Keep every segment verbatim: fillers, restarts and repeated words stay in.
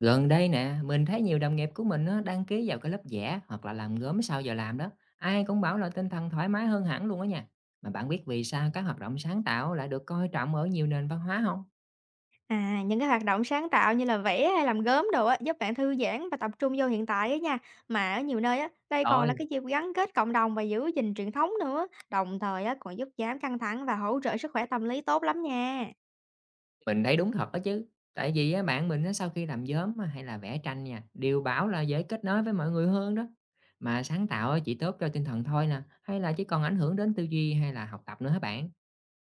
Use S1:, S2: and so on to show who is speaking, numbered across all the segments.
S1: Gần đây nè, mình thấy nhiều đồng nghiệp của mình á, đăng ký vào cái lớp vẽ hoặc là làm gốm sau giờ làm đó. Ai cũng bảo là tinh thần thoải mái hơn hẳn luôn á nha. Mà bạn biết vì sao các hoạt động sáng tạo lại được coi trọng ở nhiều nền văn hóa không?
S2: À, những cái hoạt động sáng tạo như là vẽ hay làm gốm đồ á, giúp bạn thư giãn và tập trung vô hiện tại á nha. Mà ở nhiều nơi á, đây còn
S1: Rồi,
S2: là cái dịp gắn kết cộng đồng và giữ gìn truyền thống nữa. Đồng thời á, còn giúp giảm căng thẳng và hỗ trợ sức khỏe tâm lý tốt lắm nha.
S1: mình thấy đúng thật đó chứ. Tại vì á, bạn mình á, sau khi làm gốm á, hay là vẽ tranh nha, đều bảo là dễ kết nối với mọi người hơn đó. Mà sáng tạo á, chỉ tốt cho tinh thần thôi nè, hay là chỉ còn ảnh hưởng đến tư duy hay là học tập nữa hả bạn?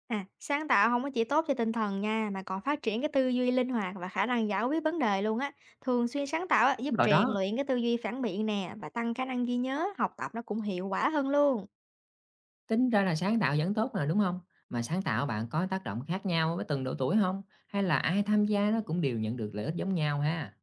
S2: À, sáng tạo không có chỉ tốt cho tinh thần nha, mà còn phát triển cái tư duy linh hoạt và khả năng giải quyết vấn đề luôn á. Thường xuyên sáng tạo á, giúp
S1: Đúng rồi đó.
S2: rèn luyện cái tư duy phản biện nè và tăng khả năng ghi nhớ, học tập nó cũng hiệu quả hơn luôn.
S1: Tính ra là sáng tạo vẫn tốt mà, đúng không? Mà sáng tạo bạn có tác động khác nhau với từng độ tuổi không? Hay là ai tham gia nó cũng đều nhận được lợi ích giống nhau ha?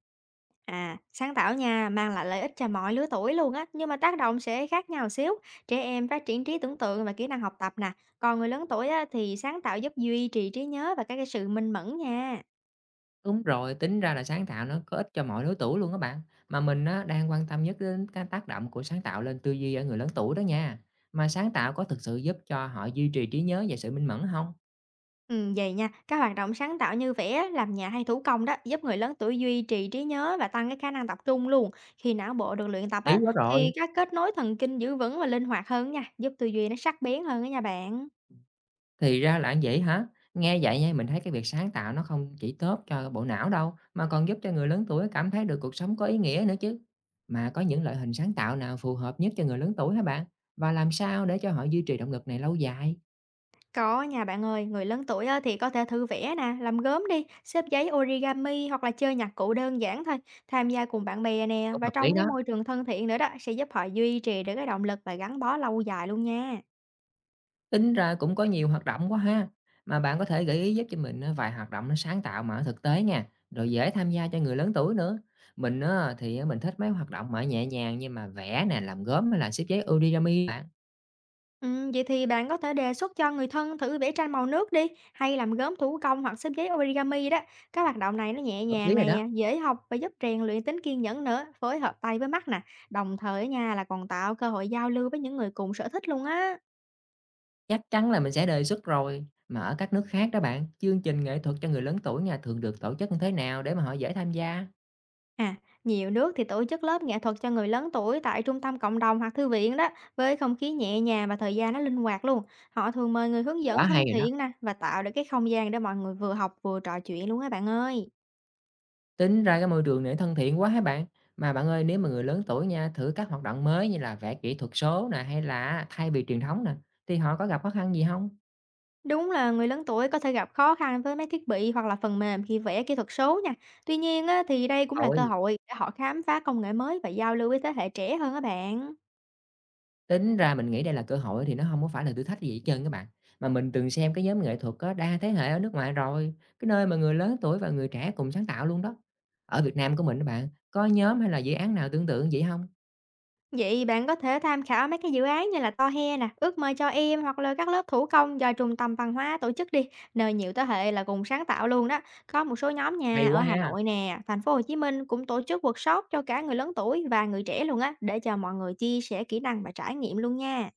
S2: À, sáng tạo nha, mang lại lợi ích cho mọi lứa tuổi luôn á, nhưng mà tác động sẽ khác nhau xíu. Trẻ em phát triển trí tưởng tượng và kỹ năng học tập nè, còn người lớn tuổi á, thì sáng tạo giúp duy trì trí nhớ và các cái sự minh mẫn nha.
S1: Đúng rồi, tính ra là sáng tạo nó có ích cho mọi lứa tuổi luôn các bạn. Mà mình á, đang quan tâm nhất đến cái tác động của sáng tạo lên tư duy ở người lớn tuổi đó nha. Mà sáng tạo có thực sự giúp cho họ duy trì trí nhớ và sự minh mẫn không?
S2: Ừ, vậy nha, các hoạt động sáng tạo như vẽ, làm nhà hay thủ công đó giúp người lớn tuổi duy trì trí nhớ và tăng cái khả năng tập trung luôn. Khi não bộ được luyện tập
S1: Lý
S2: á,
S1: quá
S2: thì
S1: rồi.
S2: các kết nối thần kinh giữ vững và linh hoạt hơn nha, giúp tư duy nó sắc bén hơn đó nha bạn.
S1: Thì ra là vậy hả? Nghe vậy nha, mình thấy cái việc sáng tạo nó không chỉ tốt cho bộ não đâu, mà còn giúp cho người lớn tuổi cảm thấy được cuộc sống có ý nghĩa nữa chứ. Mà có những loại hình sáng tạo nào phù hợp nhất cho người lớn tuổi hả bạn? Và làm sao để cho họ duy trì động lực này lâu dài?
S2: Có nha bạn ơi, người lớn tuổi á, thì có thể thử vẽ nè, làm gốm đi, xếp giấy origami hoặc là chơi nhạc cụ đơn giản thôi. Tham gia cùng bạn bè nè
S1: Cũng
S2: và
S1: hợp lý
S2: trong cái
S1: đó.
S2: môi trường thân thiện nữa đó sẽ giúp họ duy trì được cái động lực và gắn bó lâu dài luôn nha.
S1: Tính ra cũng có nhiều hoạt động quá ha. Mà bạn có thể gợi ý giúp cho mình ờ, vài hoạt động nó sáng tạo mà ở thực tế nha, rồi dễ tham gia cho người lớn tuổi nữa. Mình ờ, thì ờ, mình thích mấy hoạt động mà nhẹ nhàng như mà vẽ nè, làm gốm hay là xếp giấy origami bạn.
S2: Ừ, vậy thì bạn có thể đề xuất cho người thân thử vẽ tranh màu nước đi, hay làm gốm thủ công hoặc xếp giấy origami đó. Các hoạt động này nó nhẹ
S1: Hợp lý
S2: nhàng
S1: rồi đó.
S2: nè, dễ học và giúp rèn luyện tính kiên nhẫn nữa, phối hợp tay với mắt nè. Đồng thời nha là còn tạo cơ hội giao lưu với những người cùng sở thích luôn á.
S1: Chắc chắn là mình sẽ đề xuất rồi. Mà ở các nước khác đó bạn, chương trình nghệ thuật cho người lớn tuổi nha thường được tổ chức như thế nào để mà họ dễ tham gia?
S2: À, nhiều nước thì tổ chức lớp nghệ thuật cho người lớn tuổi tại trung tâm cộng đồng hoặc thư viện đó, với không khí nhẹ nhàng và thời gian nó linh hoạt luôn. Họ thường mời người hướng dẫn
S1: Quá
S2: thân
S1: hay rồi đó.
S2: thiện nè và tạo được cái không gian để mọi người vừa học vừa trò chuyện luôn á bạn ơi.
S1: Tính ra cái môi trường này thân thiện quá hả bạn? Mà bạn ơi, nếu mà người lớn tuổi nha thử các hoạt động mới như là vẽ kỹ thuật số nè hay là thay vì truyền thống nè, thì họ có gặp khó khăn gì không?
S2: Đúng là người lớn tuổi có thể gặp khó khăn với mấy thiết bị hoặc là phần mềm khi vẽ kỹ thuật số nha. Tuy nhiên á, thì đây cũng là
S1: Ôi.
S2: cơ hội để họ khám phá công nghệ mới và giao lưu với thế hệ trẻ hơn các bạn.
S1: Tính ra mình nghĩ đây là cơ hội thì nó không có phải là thử thách gì hết trơn á bạn, mà mình từng xem cái nhóm nghệ thuật á đa thế hệ ở nước ngoài rồi, cái nơi mà người lớn tuổi và người trẻ cùng sáng tạo luôn đó. Ở Việt Nam của mình các bạn, có nhóm hay là dự án nào tương tự vậy không?
S2: Vậy bạn có thể tham khảo mấy cái dự án như là To He nè, Ước mơ cho em hoặc là các lớp thủ công do trung tâm văn hóa tổ chức đi, nơi nhiều thế hệ là cùng sáng tạo luôn đó. Có một số nhóm
S1: Hay
S2: nhà ở
S1: quá
S2: Hà
S1: ha!
S2: Nội nè, thành phố Hồ Chí Minh cũng tổ chức workshop cho cả người lớn tuổi và người trẻ luôn á, để cho mọi người chia sẻ kỹ năng và trải nghiệm luôn nha.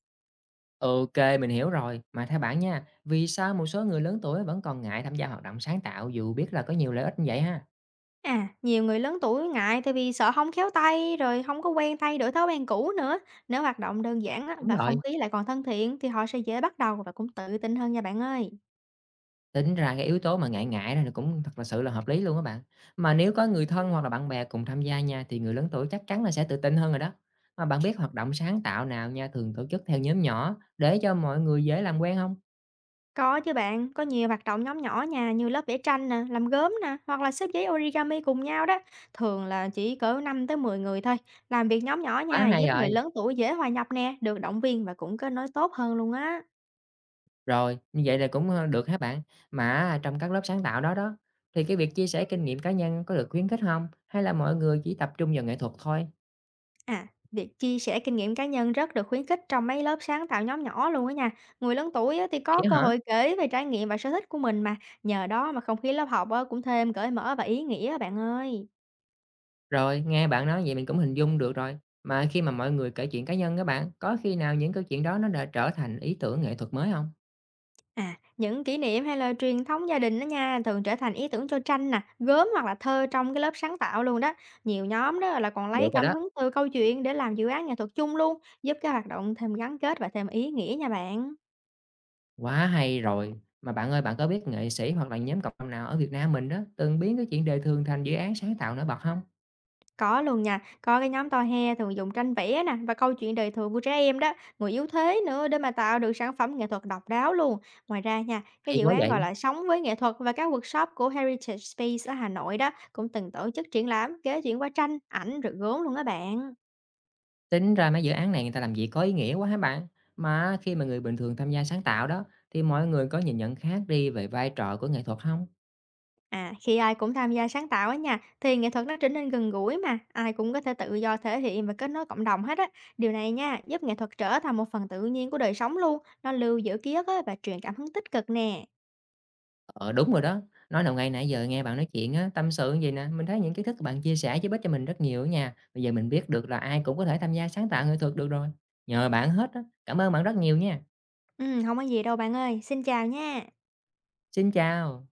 S1: Ok, mình hiểu rồi. Mà theo bạn nha, vì sao một số người lớn tuổi vẫn còn ngại tham gia hoạt động sáng tạo dù biết là có nhiều lợi ích như vậy ha?
S2: À, nhiều người lớn tuổi ngại tại vì sợ không khéo tay rồi không có quen thay đổi thói quen cũ nữa. Nếu hoạt động đơn giản á,
S1: Đúng
S2: và
S1: rồi.
S2: không khí lại còn thân thiện thì họ sẽ dễ bắt đầu và cũng tự tin hơn nha bạn ơi.
S1: Tính ra cái yếu tố mà ngại ngại này là cũng thật là sự là hợp lý luôn á bạn. Mà nếu có người thân hoặc là bạn bè cùng tham gia nha, thì người lớn tuổi chắc chắn là sẽ tự tin hơn rồi đó. Mà bạn biết hoạt động sáng tạo nào nha, thường tổ chức theo nhóm nhỏ để cho mọi người dễ làm quen không?
S2: Có chứ bạn, có nhiều hoạt động nhóm nhỏ nha, như lớp vẽ tranh nè, làm gốm nè, hoặc là xếp giấy origami cùng nhau đó. Thường là chỉ cỡ năm tới mười người thôi. Làm việc nhóm nhỏ
S1: Quá
S2: nha,
S1: hay
S2: giúp người
S1: rồi,
S2: lớn tuổi dễ hòa nhập nè, được động viên và cũng kết nối tốt hơn luôn á.
S1: rồi, như vậy là cũng, ơ, được hả bạn? Mà trong các lớp sáng tạo đó đó, thì cái việc chia sẻ kinh nghiệm cá nhân có được khuyến khích không? Hay là mọi người chỉ tập trung vào nghệ thuật thôi?
S2: À, việc chia sẻ kinh nghiệm cá nhân rất được khuyến khích trong mấy lớp sáng tạo nhóm nhỏ luôn á nha. Người lớn tuổi á, thì có
S1: Vậy
S2: cơ
S1: hả?
S2: hội kể về trải nghiệm và sở thích của mình mà. Nhờ đó mà không khí lớp học á, cũng thêm cởi mở và ý nghĩa á bạn ơi.
S1: Rồi, nghe bạn nói vậy mình cũng hình dung được rồi. Mà khi mà mọi người kể chuyện cá nhân các bạn, có khi nào những câu chuyện đó nó đã trở thành ý tưởng nghệ thuật mới không?
S2: À, những kỷ niệm hay là truyền thống gia đình đó nha, thường trở thành ý tưởng cho tranh nè, gốm hoặc là thơ trong cái lớp sáng tạo luôn đó. Nhiều nhóm đó là còn
S1: Được
S2: lấy
S1: rồi
S2: cảm
S1: đó,
S2: hứng từ câu chuyện để làm dự án nghệ thuật chung luôn, giúp cái hoạt động thêm gắn kết và thêm ý nghĩa nha bạn.
S1: quá hay rồi. Mà bạn ơi, bạn có biết nghệ sĩ hoặc là nhóm cộng đồng nào ở Việt Nam mình đó, từng biến cái chuyện đời thường thành dự án sáng tạo nổi bật không?
S2: Có luôn nha, có cái nhóm To He thường dùng tranh vẽ nè và câu chuyện đời thường của trẻ em đó, người yếu thế nữa để mà tạo được sản phẩm nghệ thuật độc đáo luôn. Ngoài ra nha, cái
S1: Hay
S2: dự
S1: quá
S2: án
S1: vậy,
S2: gọi là Sống với nghệ thuật và các workshop của Heritage Space ở Hà Nội đó cũng từng tổ chức triển lãm kế chuyển qua tranh, ảnh rồi gốm luôn á bạn.
S1: tính ra mấy dự án này người ta làm gì có ý nghĩa quá hả bạn? Mà khi mà người bình thường tham gia sáng tạo đó, thì mọi người có nhìn nhận khác đi về vai trò của nghệ thuật không?
S2: À, khi ai cũng tham gia sáng tạo á nha, thì nghệ thuật nó trở nên gần gũi mà, ai cũng có thể tự do thể hiện và kết nối cộng đồng hết á. Điều này nha, giúp nghệ thuật trở thành một phần tự nhiên của đời sống luôn, nó lưu giữ ký ức á và truyền cảm hứng tích cực nè.
S1: Ờ, đúng rồi đó. Nói đầu ngày nãy giờ nghe bạn nói chuyện á, tâm sự như vậy nè, mình thấy những kiến thức bạn chia sẻ giúp ích cho mình rất nhiều á nha. Bây giờ mình biết được là ai cũng có thể tham gia sáng tạo nghệ thuật được rồi. Nhờ bạn hết á. Cảm ơn bạn rất nhiều nha.
S2: Ừm, hông có gì đâu bạn ơi. Xin chào nha.
S1: Xin chào.